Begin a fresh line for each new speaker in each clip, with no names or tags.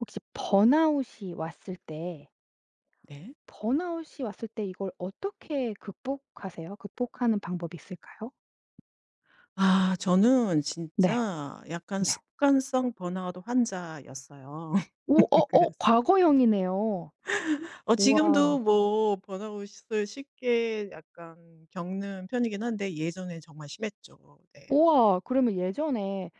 혹시 번아웃이 왔을 때
네.
번아웃이 왔을 때 이걸 어떻게 극복하세요? 극복하는 방법이 있을까요?
저는
네.
진짜 약간
네.
습관성 번아웃 환자였어요.
오
그래서
과거형이네요.
지금도
우와.
뭐 번아웃을 쉽게 약간 겪는 편이긴 한데 예전엔 정말 심했죠. 네.
우와. 그러면 예전에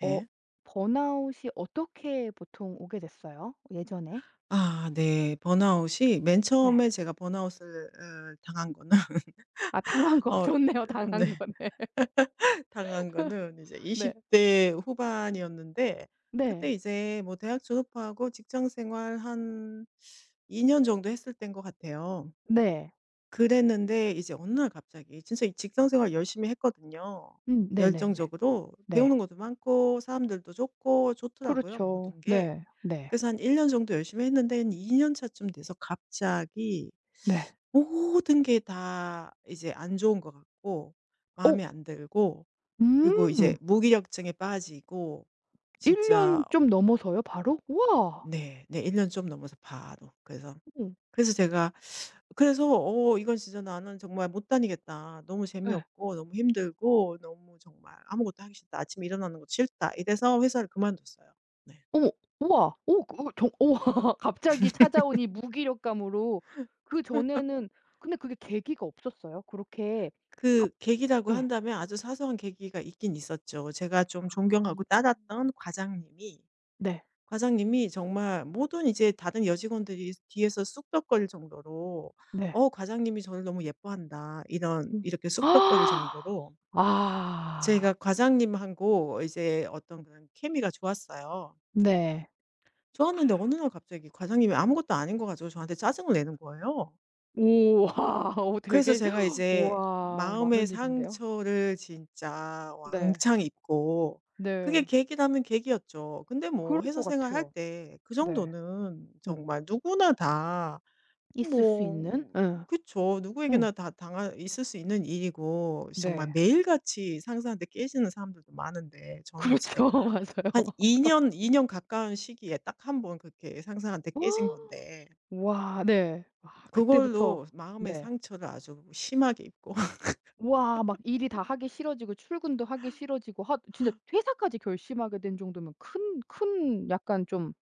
어
네.
번아웃이 어떻게 보통 오게 됐어요? 예전에?
아 네. 번아웃이 맨
네.
처음에 제가 번아웃을 당한 거는
아 당한 거.
어
좋네요. 당한
네.
거네.
당한 거는 이제
네.
20대 후반이었는데 그때
네.
이제 뭐 대학 졸업하고 직장 생활 한 2년 정도 했을 때인 것 같아요.
네.
그랬는데 이제 어느 날 갑자기 진짜 이 직장 생활 열심히 했거든요.
네네네.
열정적으로
네.
배우는 것도 많고 사람들도 좋고 좋더라고요,
그렇죠.
모든 게.
네. 네.
그래서 한 1년 정도 열심히 했는데 한 2 년 차쯤 돼서 갑자기
네.
모든 게 다 이제 안 좋은 것 같고
오
마음에 안 들고 그리고 이제
음.
무기력증에 빠지고
1년
진짜.
좀 넘어서요 바로? 우와.
네. 네 1 년 좀 넘어서 바로. 그래서
어.
그래서 제가 그래서 어 이건 진짜 '나는 정말 못 다니겠다. 너무
예.
재미없고 너무 힘들고 너무 정말 아무것도 하기 싫다. 아침에 일어나는 것도 싫다.' 이래서 회사를 그만뒀어요. 네.
어머. 우와. 정 우와 갑자기 찾아온 이 무기력감으로 그전에는. 근데 그게 계기가 없었어요? 그렇게 갑
그 계기라고
예.
한다면 아주 사소한 계기가 있긴 있었죠. 제가
아.
좀 존경하고 따랐던 과장님이
네.
과장님이 정말 모든 이제 다른 여직원들이 뒤에서 쑥덕거릴 정도로
네.
과장님이 저를 너무 예뻐한다." 이런
음.
이렇게 쑥덕거릴 정도로
아.
제가 과장님하고 이제 어떤 그런 케미가 좋았어요.
네.
좋았는데 어느 날 갑자기 과장님이 아무것도 아닌 거 가지고 저한테 짜증을 내는 거예요.
우와. 어
그래서
되게.
제가 이제
우와
마음의
많은 일인데요.
상처를 진짜
네.
왕창 입고 그게
네.
계기라면 계기였죠. 근데
그럴
뭐
것
회사 생활할
같아요.
때 그
네.
정도는
음.
정말 누구나 다.
있을 수 있는
뭐
예.
그쵸.
음.
누구에게나 다 당할 있을 수 있는 일이고 정말
네.
매일같이 상사한테 깨지는 사람들도 많은데 저는 진짜
그렇죠. 맞아요.
한 2년, 이 년 가까운 시기에 딱 한번 그렇게 상사한테 깨진 건데
와 네. 와 그때부터.
그걸로 마음의
네.
상처를 아주 심하게 입고.
와 막 일이 다 하기 싫어지고 출근도 하기 싫어지고 하 진짜 퇴사까지 결심하게 된 정도면 큰 약간 좀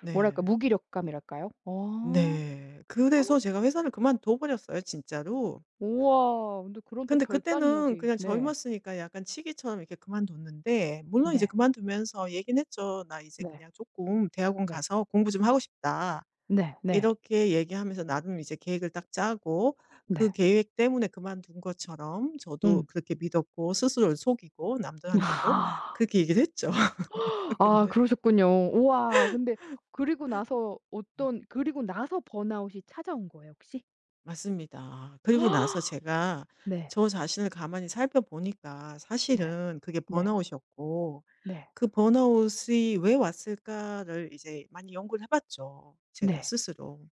네.
뭐랄까 무기력감이랄까요? 어.
네. 그래서 제가 회사를 그만둬 버렸어요 진짜로.
우와. 근데 그런 또
근데 그때는
결단력이.
그냥
네.
젊었으니까 약간 치기처럼 이렇게 그만뒀는데 물론 이제
네.
그만두면서 얘기는 했죠. "나 이제
네.
그냥 쪼끔 대학원
네.
가서 공부 좀 하고 싶다."
네. 네.
이렇게 얘기하면서 나름 이제 계획을 딱 짜고 그
네.
계획 때문에 그만둔 것처럼 저도
음.
그렇게 믿었고 스스로를 속이고 남들한테도
아
그렇게 얘기를 했죠.
아,
근데
그러셨군요. 우와 근데 그리고 나서 어떤 그리고 나서 번아웃이 찾아온 거예요 혹시?
맞습니다. 그리고 나서 제가
네.
저 자신을 가만히 살펴보니까
네.
사실은 그게
네.
번아웃이었고
네.
그 번아웃이 왜 왔을까를 이제 많이 연구를 해봤죠. 제가
네.
스스로.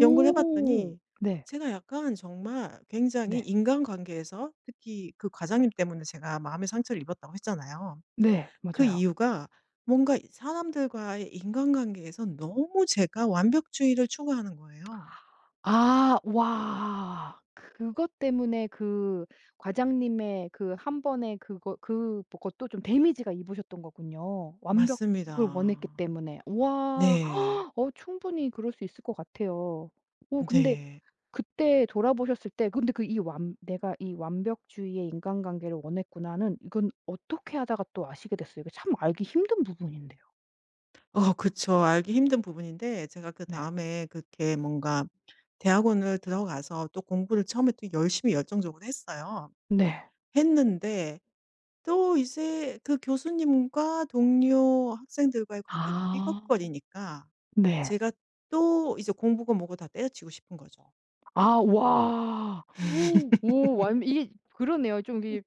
연구를 해봤더니
네.
제가 약간 정말 굉장히
네.
인간관계에서 특히 그 과장님 때문에 제가 마음의 상처를 입었다고 했잖아요.
네.
그
맞아요.
이유가 뭔가 사람들과의 인간관계에서 너무 제가 완벽주의를 추구하는 거예요.
아 와. 그것 때문에 그 과장님의 그 한 번의 그거 그것도 좀 데미지가 입으셨던 거군요. 완벽을 원했기
맞습니다.
때문에. 와.
네.
어 충분히 그럴 수 있을 것 같아요. 어 근데
네.
그때 돌아보셨을 때 근데 그 이 완 '내가 이 완벽주의의 인간관계를 원했구나.'는 이건 어떻게 하다가 또 아시게 됐어요? 이거 참 알기 힘든 부분인데요.
그쵸. 알기 힘든 부분인데 제가
네.
그다음에 그렇게 뭔가 대학원을 들어가서 또 공부를 처음에 또 열심히 열정적으로 했어요.
네.
했는데 또 이제 그 교수님과 동료 학생들과의 관계가
아.
삐걱거리니까
네.
제가 또 이제 공부고 뭐고 다 때려치우고 싶은 거죠.
아 와. 오 완 이게 그러네요. 좀 이게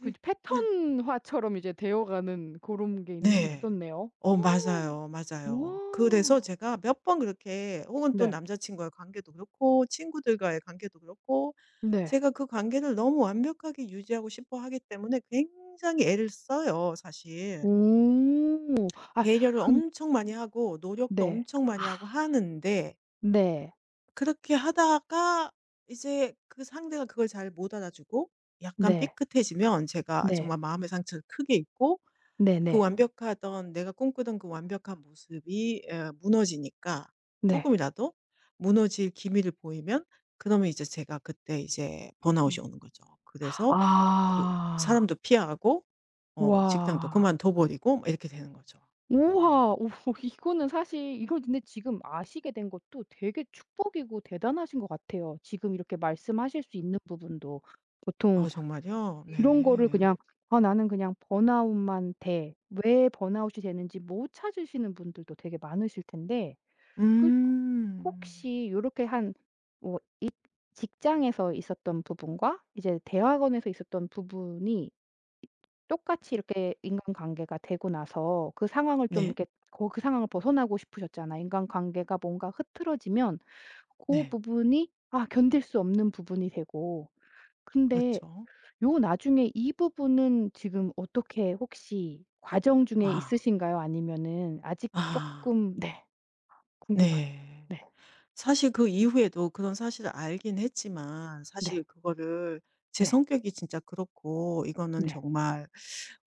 그 패턴화처럼 이제 되어가는 고런 게 있
네.
있었네요.
맞아요,
와.
맞아요. 그래서 제가 몇 번 그렇게 혹은 또
네.
남자 친구와의 관계도 그렇고 친구들과의 관계도 그렇고
네.
제가 그 관계를 너무 완벽하게 유지하고 싶어 하기 때문에 굉장히 애를 써요, 사실.
오. 아
배려를
근
엄청 많이 하고 노력도
네.
엄청 많이 하고
아.
하는데
네.
그렇게 하다가 이제 그 상대가 그걸 잘 못 알아주고 약간
네.
삐끗해지면 제가
네.
정말 마음의 상처를 크게 입고 그
네네.
완벽하던 내가 꿈꾸던 그 완벽한 모습이 무너지니까 조금
네.
이라도 무너질 기미를 보이면 그러면 이제 제가 그때 이제
음.
번아웃이 오는 거죠. 그래서 그
아.
사람도 피하고 직장도
와.
그만둬 버리고 이렇게 되는 거죠. 네.
우와. 오 이거는 사실 이걸 근데 지금 아시게 된 것도 되게 축복이고 대단하신 것 같아요. 지금 이렇게 말씀하실 수 있는 부분도. 보통
어 정말요?
이런 거를
네.
그냥 '아 나는 그냥 번아웃만 돼.' 왜 번아웃이 되는지 못 찾으시는 분들도 되게 많으실 텐데 그
음.
혹시 요렇게 한 뭐 직장에서 있었던 부분과 이제 대학원에서 있었던 부분이 똑같이 이렇게 인간관계가 되고 나서 그 상황을 좀
네.
이렇게 그 상황을 벗어나고 싶으셨잖아요. 인간관계가 뭔가 흐트러지면 그
네.
부분이 아 견딜 수 없는 부분이 되고. 근데
그렇죠.
요 나중에 이 부분은 지금 어떻게 혹시 과정 중에
아.
있으신가요? 아니면은 아직
아.
조금 네. 궁금합니다.
네.
네.
사실 그 이후에도 그런 사실을 알긴 했지만 사실
네.
그거를 제
네.
성격이 진짜 그렇고 이거는
네.
정말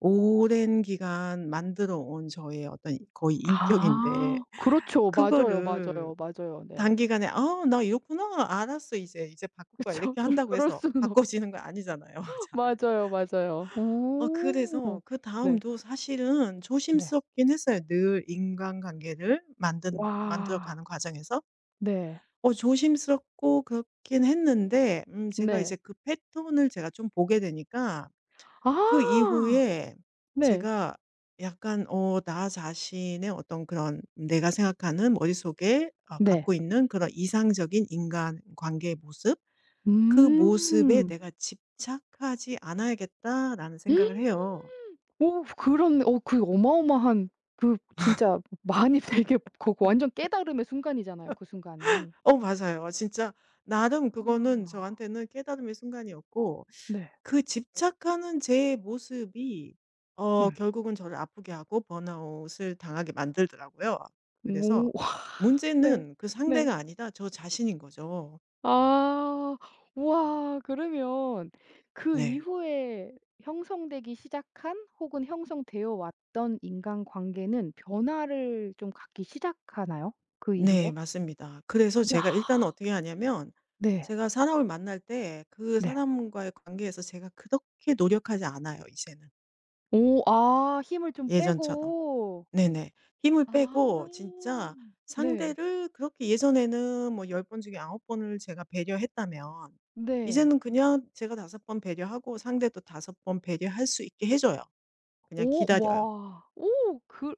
오랜 기간 만들어 온 저의 어떤 거의 인격인데
아. 그렇죠. 맞아요,
그거를
맞아요, 맞아요. 네.
단기간에 '아 나 이렇구나. 알았어. 이제. 이제 바꿀
그
거야.'
죠
이렇게
그
한다고
그럴
해서
수는 없죠.
바꿔지는 거 아니잖아요 잘.
맞아요, 맞아요. 오.
그래서
네.
그다음도 사실은
네.
조심스럽긴 했어요. 늘 인간관계를 만든 만들어
와.
가는 과정에서.
네.
어 조심스럽고 그렇긴 했는데 제가
네.
이제 그 패턴을 제가 좀 보게 되니까 그
아.
이후에
네.
제가 약간 나 자신의 어떤 그런 내가 생각하는 머릿속에
네.
갖고 있는 그런 이상적인 인간관계의 모습 '그 모습에
음.
내가 집착하지 않아야겠다.'라는 생각을 해요.
오 그런 어 그 어마어마한 그 진짜 많이 되게 거 완전 깨달음의 순간이잖아요, 그 순간이.
맞아요. 진짜 나름 그거는
아.
저한테는 깨달음의 순간이었고
네.
그 집착하는 제 모습이
음.
결국은 저를 아프게 하고 번아웃을 당하게 만들더라고요. 그래서
오. 네.
문제는 그
네.
상대가 아니다 저 자신인 거죠.
아. 우와. 그러면 그
네.
이후에 형성되기 시작한 혹은 형성되어 왔던 인간관계는 변화를 좀 갖기 시작하나요? 그
네
이후에?
맞습니다. 그래서
야.
제가 일단은 어떻게 하냐면
네.
제가 사람을 만날 때 그
네.
사람과의 관계에서 제가 그렇게 노력하지 않아요 이제는
오. 아 힘을 좀
예전처럼.
빼고.
네네. 힘을
아.
빼고 진짜
네.
상대를 그렇게 예전에는 뭐 10번 중에 9 번을 제가 배려했다면
네.
이제는 그냥 제가 5번 배려하고 상대도 5번 배려할 수 있게 해 줘요. 그냥
오.
기다려요.
와. 오 그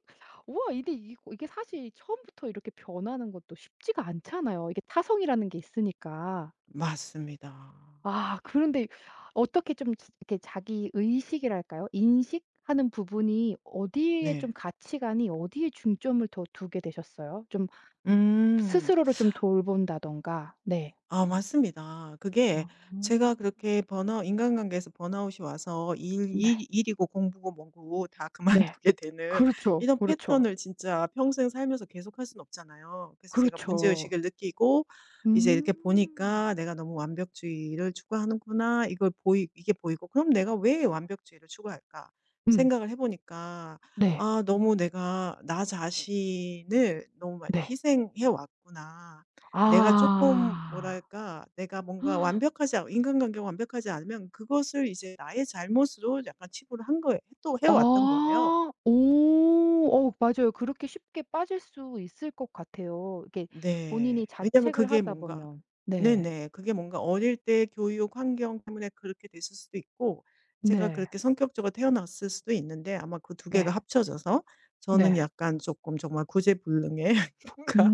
우와 이게 이거 이게 사실 처음부터 이렇게 변하는 것도 쉽지가 않잖아요. 이게 타성이라는 게 있으니까.
맞습니다.
아 그런데 어떻게 좀 지 이렇게 자기 의식이랄까요? 인식하는 부분이 어디에 좀
네.
가치관이 어디에 중점을 더 두게 되셨어요? 좀
음.
스스로를 좀 돌본다든가. 네.
아 맞습니다. 그게
아.
제가 그렇게 번아 인간관계에서 번아웃이 와서 일,
네.
일, 일이고 공부고 뭐고 다
네.
그만두게 되는
그렇죠.
이런
그렇죠.
패턴을 진짜 평생 살면서 계속할 수는 없잖아요. 그래서 제가
그렇죠.
문제의식을 느끼고 이제
음.
이렇게 보니까 내가 너무 완벽주의를 추구하는구나. 이걸 보이 이게 보이고 그럼 내가 왜 완벽주의를 추구할까?
음.
생각을 해보니까
네.
아, 너무 내가 나 자신을 너무 많이
네.
희생해 왔구나. 내가 조금
아.
뭐랄까 내가 뭔가 완벽하지 않 인간관계가 완벽하지 않으면 그것을 이제 나의 잘못으로 약간 치부를 한 거예요. 또 해 왔던 거예요.
아. 오. 어 맞아요. 그렇게 쉽게 빠질 수 있을 것 같아요. 이게
네.
본인이
왜냐면
자책을
그게
하다
뭔가
보면. 네.
네네. 그게 뭔가 어릴 때 교육 환경 때문에 그렇게 됐을 수도 있고 제가
네.
그렇게 성격적으로 태어났을 수도 있는데 아마 그 두 개가
네.
합쳐져서 저는
네.
약간 조금 정말 구제불능의 뭔가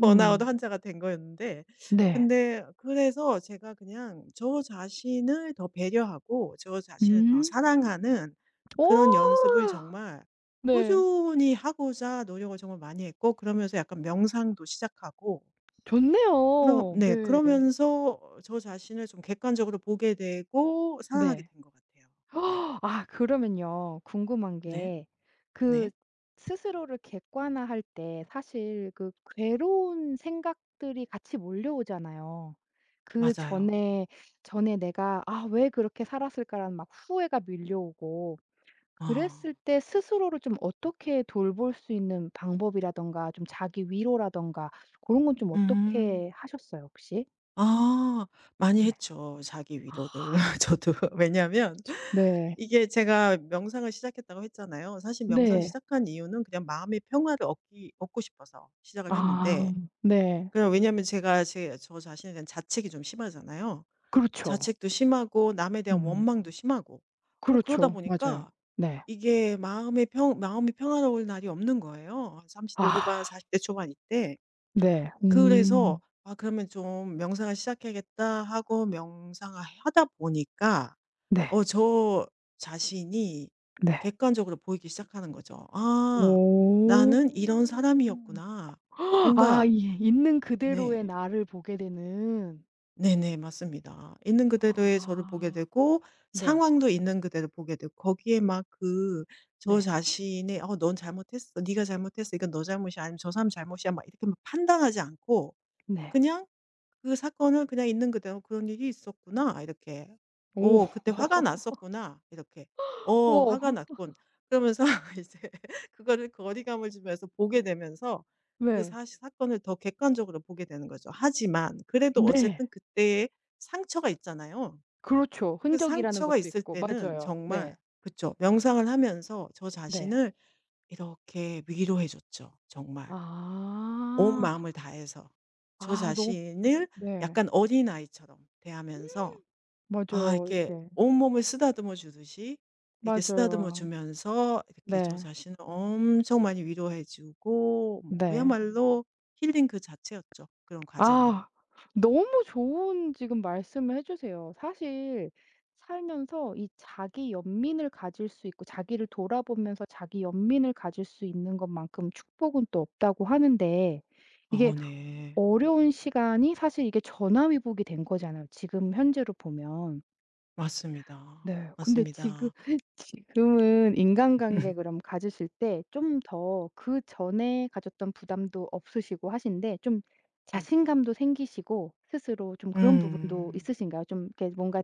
번아웃 환자가 된 거였는데
네.
근데 그래서 제가 그냥 저 자신을 더 배려하고 저 자신을 더
음.
사랑하는
오.
그런 연습을 정말
네.
꾸준히 하고자 노력을 정말 많이 했고 그러면서 약간 명상도 시작하고 그럼
좋네요.
네
네.
그러면서 저 자신을 좀 객관적으로 보게 되고 사랑하게
네.
된 것 같아요. 네.
아 그러면요. 궁금한
네.
게 그
네.
스스로를 객관화할 때 사실 그 괴로운 생각들이 같이 몰려오잖아요. 그
맞아요.
전에 '내가 아 왜 그렇게 살았을까.'라는 막 후회가 밀려오고
아.
그랬을 때 스스로를 좀 어떻게 돌볼 수 있는 방법이라든가 좀 자기 위로라든가 그런 건 좀
음.
어떻게 하셨어요 혹시?
아 많이
네.
했죠. 자기 위로를
아
저도. 왜냐하면
참. 네.
이게 제가 명상을 시작했다고 했잖아요. 사실 명상
네.
시작한 이유는 그냥 마음의 평화를 얻기 얻고 싶어서 시작을 했는데
아 네.
그냥 왜냐하면 제가 제 저 자신에 대한 자책이 좀 심하잖아요.
그렇죠.
자책도 심하고 남에 대한
음.
원망도 심하고 뭐 그러다
그렇죠. 맞아요.
보니까
네.
이게 마음의 평 마음이 평화로울 날이 없는 거예요. 30대 후반
아
40대 초반 이때.
네.
그래서
음.
'아 그러면 좀 명상을 시작해야겠다.' 하고 명상을 하다 보니까
네.
저 자신이
네.
객관적으로 보이기 시작하는 거죠. '아
오.
나는 이런 사람이었구나.' 뭔가.
아 이 있는 그대로의
네.
나를 보게 되는.
네네. 맞습니다. 있는 그대로의 저를 보게
아.
되고
네.
상황도 있는 그대로 보게 되고 거기에 막 그 저
네.
자신의 '어 넌 잘못했어. 네가 잘못했어. 이건 너 잘못이야.' 아니면 '저 사람 잘못이야.' 막 이렇게 막 판단하지 않고
네.
그냥 그 사건을 그냥 있는 그대로 '그런 일이 있었구나.' 이렇게
오.
'어 그때 화가 났었구나.' 이렇게 '어
오.
화가 났군.' 그러면서 이제 그거를 거리감을 주면서 보게 되면서 그
네.
사실 사건을 더 객관적으로 보게 되는 거죠. 하지만 그래도
네.
어쨌든 그때의 상처가 있잖아요.
그렇죠.
그
흔적이라는
상처가
것도
있을
있고.
때는
맞아요.
정말
네.
그쵸 명상을 하면서 저
네.
자신을 이렇게 위로해 줬죠 정말. 온
아.
마음을 다해서 저
아 너
자신을
네.
약간 어린아이처럼 대하면서 아
맞아요.
이렇게
이게
온몸을 쓰다듬어 주듯이 이렇게 쓰다듬어
맞아요.
주면서 이렇게
네.
저 자신을 엄청 많이 위로해 주고 뭐
네.
그야말로 힐링 그 자체였죠, 그런 과정이.
아. 너무 좋은 지금 말씀을 해 주세요. 사실 살면서 이 자기 연민을 가질 수 있고 자기를 돌아보면서 자기 연민을 가질 수 있는 것만큼 축복은 또 없다고 하는데 이게
어 네.
어려운 시간이 사실 이게 전화위복이 된 거잖아요 지금 현재로 보면.
맞습니다.
네. 근데 지금
맞습니다.
지금은 인간관계 그럼 가지실 때 좀 더 그전에 가졌던 부담도 없으시고 하신데 좀
음.
자신감도 생기시고 스스로 좀 그런 부분도
음.
있으신가요? 좀 이렇게 뭔가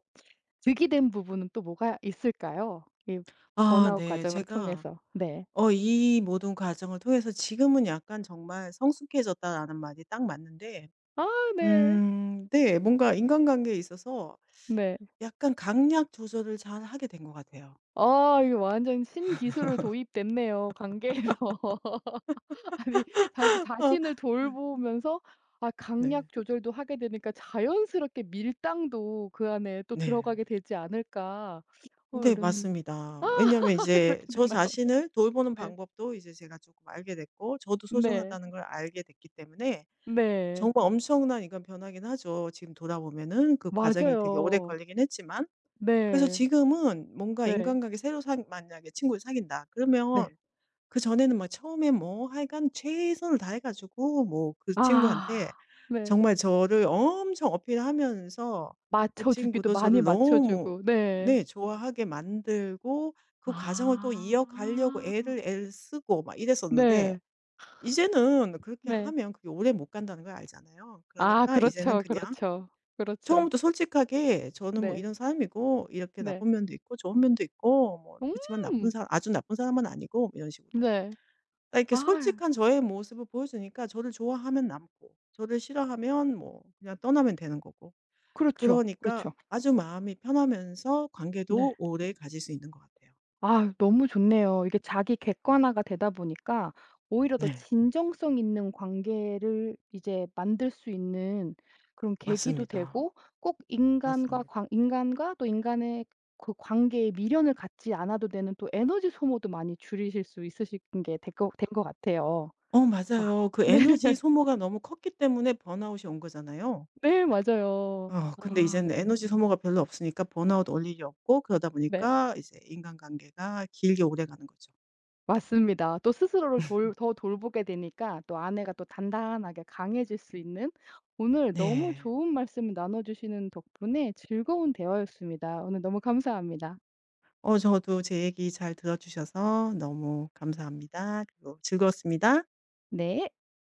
득이 된 부분은 또 뭐가 있을까요? 이
아
번아웃
네.
과정을
제가
통해서. 네.
이 모든 과정을 통해서 지금은 약간 정말 '성숙해졌다.'라는 말이 딱 맞는데
아 네.
네. 뭔가 인간관계에 있어서
네.
약간 강약 조절을 잘하게 된 것 같아요.
아 이거 완전 신기술을 도입됐네요, 관계에서. 아니 자기
어,
자신을 돌보면서 아 강약
네.
조절도 하게 되니까 '자연스럽게 밀당도 그 안에 또
네.
들어가게 되지 않을까.' 어
네
이런. 아
맞습니다. 왜냐하면
그렇게
이제 저
되나요?
자신을 돌보는
네.
방법도 이제 제가 조금 알게 됐고 저도
네.
소중하다는 걸 알게 됐기 때문에
네.
정말 엄청난 이간 변화긴 하죠. 지금 돌아보면은 그 과정이 되게 오래
맞아요.
걸리긴 했지만. 그래서
네.
지금은 뭔가
네.
인간관계 새로 사 만약에 친구를 사귄다
네.
그러면 그전에는 막 처음에 뭐 하여간 최선을 다해 가지고 뭐 그
아
친구한테
네.
정말 저를 엄청 어필하면서 그
맞춰주기도
친구도
많이
저를 너무
맞춰주고 네.
네 좋아하게 만들고 그 과정을 또 이어가려고
아.
애를 애쓰고 를막 이랬었는데
네.
이제는 그렇게
네.
하면 그게 오래 못 간다는 걸 알잖아요.
아
그러니까 이제는
그렇죠,
그냥
그렇죠. 그렇죠.
처음부터 솔직하게 저는 뭐
네.
이런 사람이고 이렇게
네.
나쁜 면도 있고 좋은 면도 있고 뭐
음.
그렇지만 나쁜 사람 아주 나쁜 사람은 아니고 뭐 이런 식으로
네.
딱 이렇게
아
솔직한 저의 모습을 보여주니까 저를 좋아하면 남고 저를 싫어하면 뭐 그냥 떠나면 되는 거고.
그렇죠,
그러니까
그렇죠.
아주 마음이 편하면서
네.
관계도 오래 가질 수 있는 것 같아요.
아 너무 좋네요. 이게 자기 객관화가 되다 보니까 오히려 더
네.
진정성 있는 관계를 이제 만들 수 있는 그런 계기도
맞습니다.
되고 꼭
맞습니다.
인간과 또 인간의 그 관계에 미련을 갖지 않아도 되는 또 에너지 소모도 많이 줄이실 수 있으신 게 될 거 된 것 같아요. 아
맞아요. 그
네.
에너지 소모가 너무 컸기 때문에 번아웃이 온 거잖아요.
네 맞아요.
근데
아
이제는
네.
에너지 소모가 별로 없으니까 번아웃 올 일이 없고 그러다
네.
보니까 이제 인간관계가 길게 오래가는 거죠.
맞습니다. 또 스스로를 돌 더 돌보게 되니까 또 아내가 또 단단하게 강해질 수 있는. 오늘 너무
네.
좋은 말씀 나눠 주시는 덕분에 즐거운 대화였습니다. 오늘 너무 감사합니다.
어 저도 제 얘기 잘 들어 주셔서 너무 감사합니다. 그리고 즐거웠습니다.
네.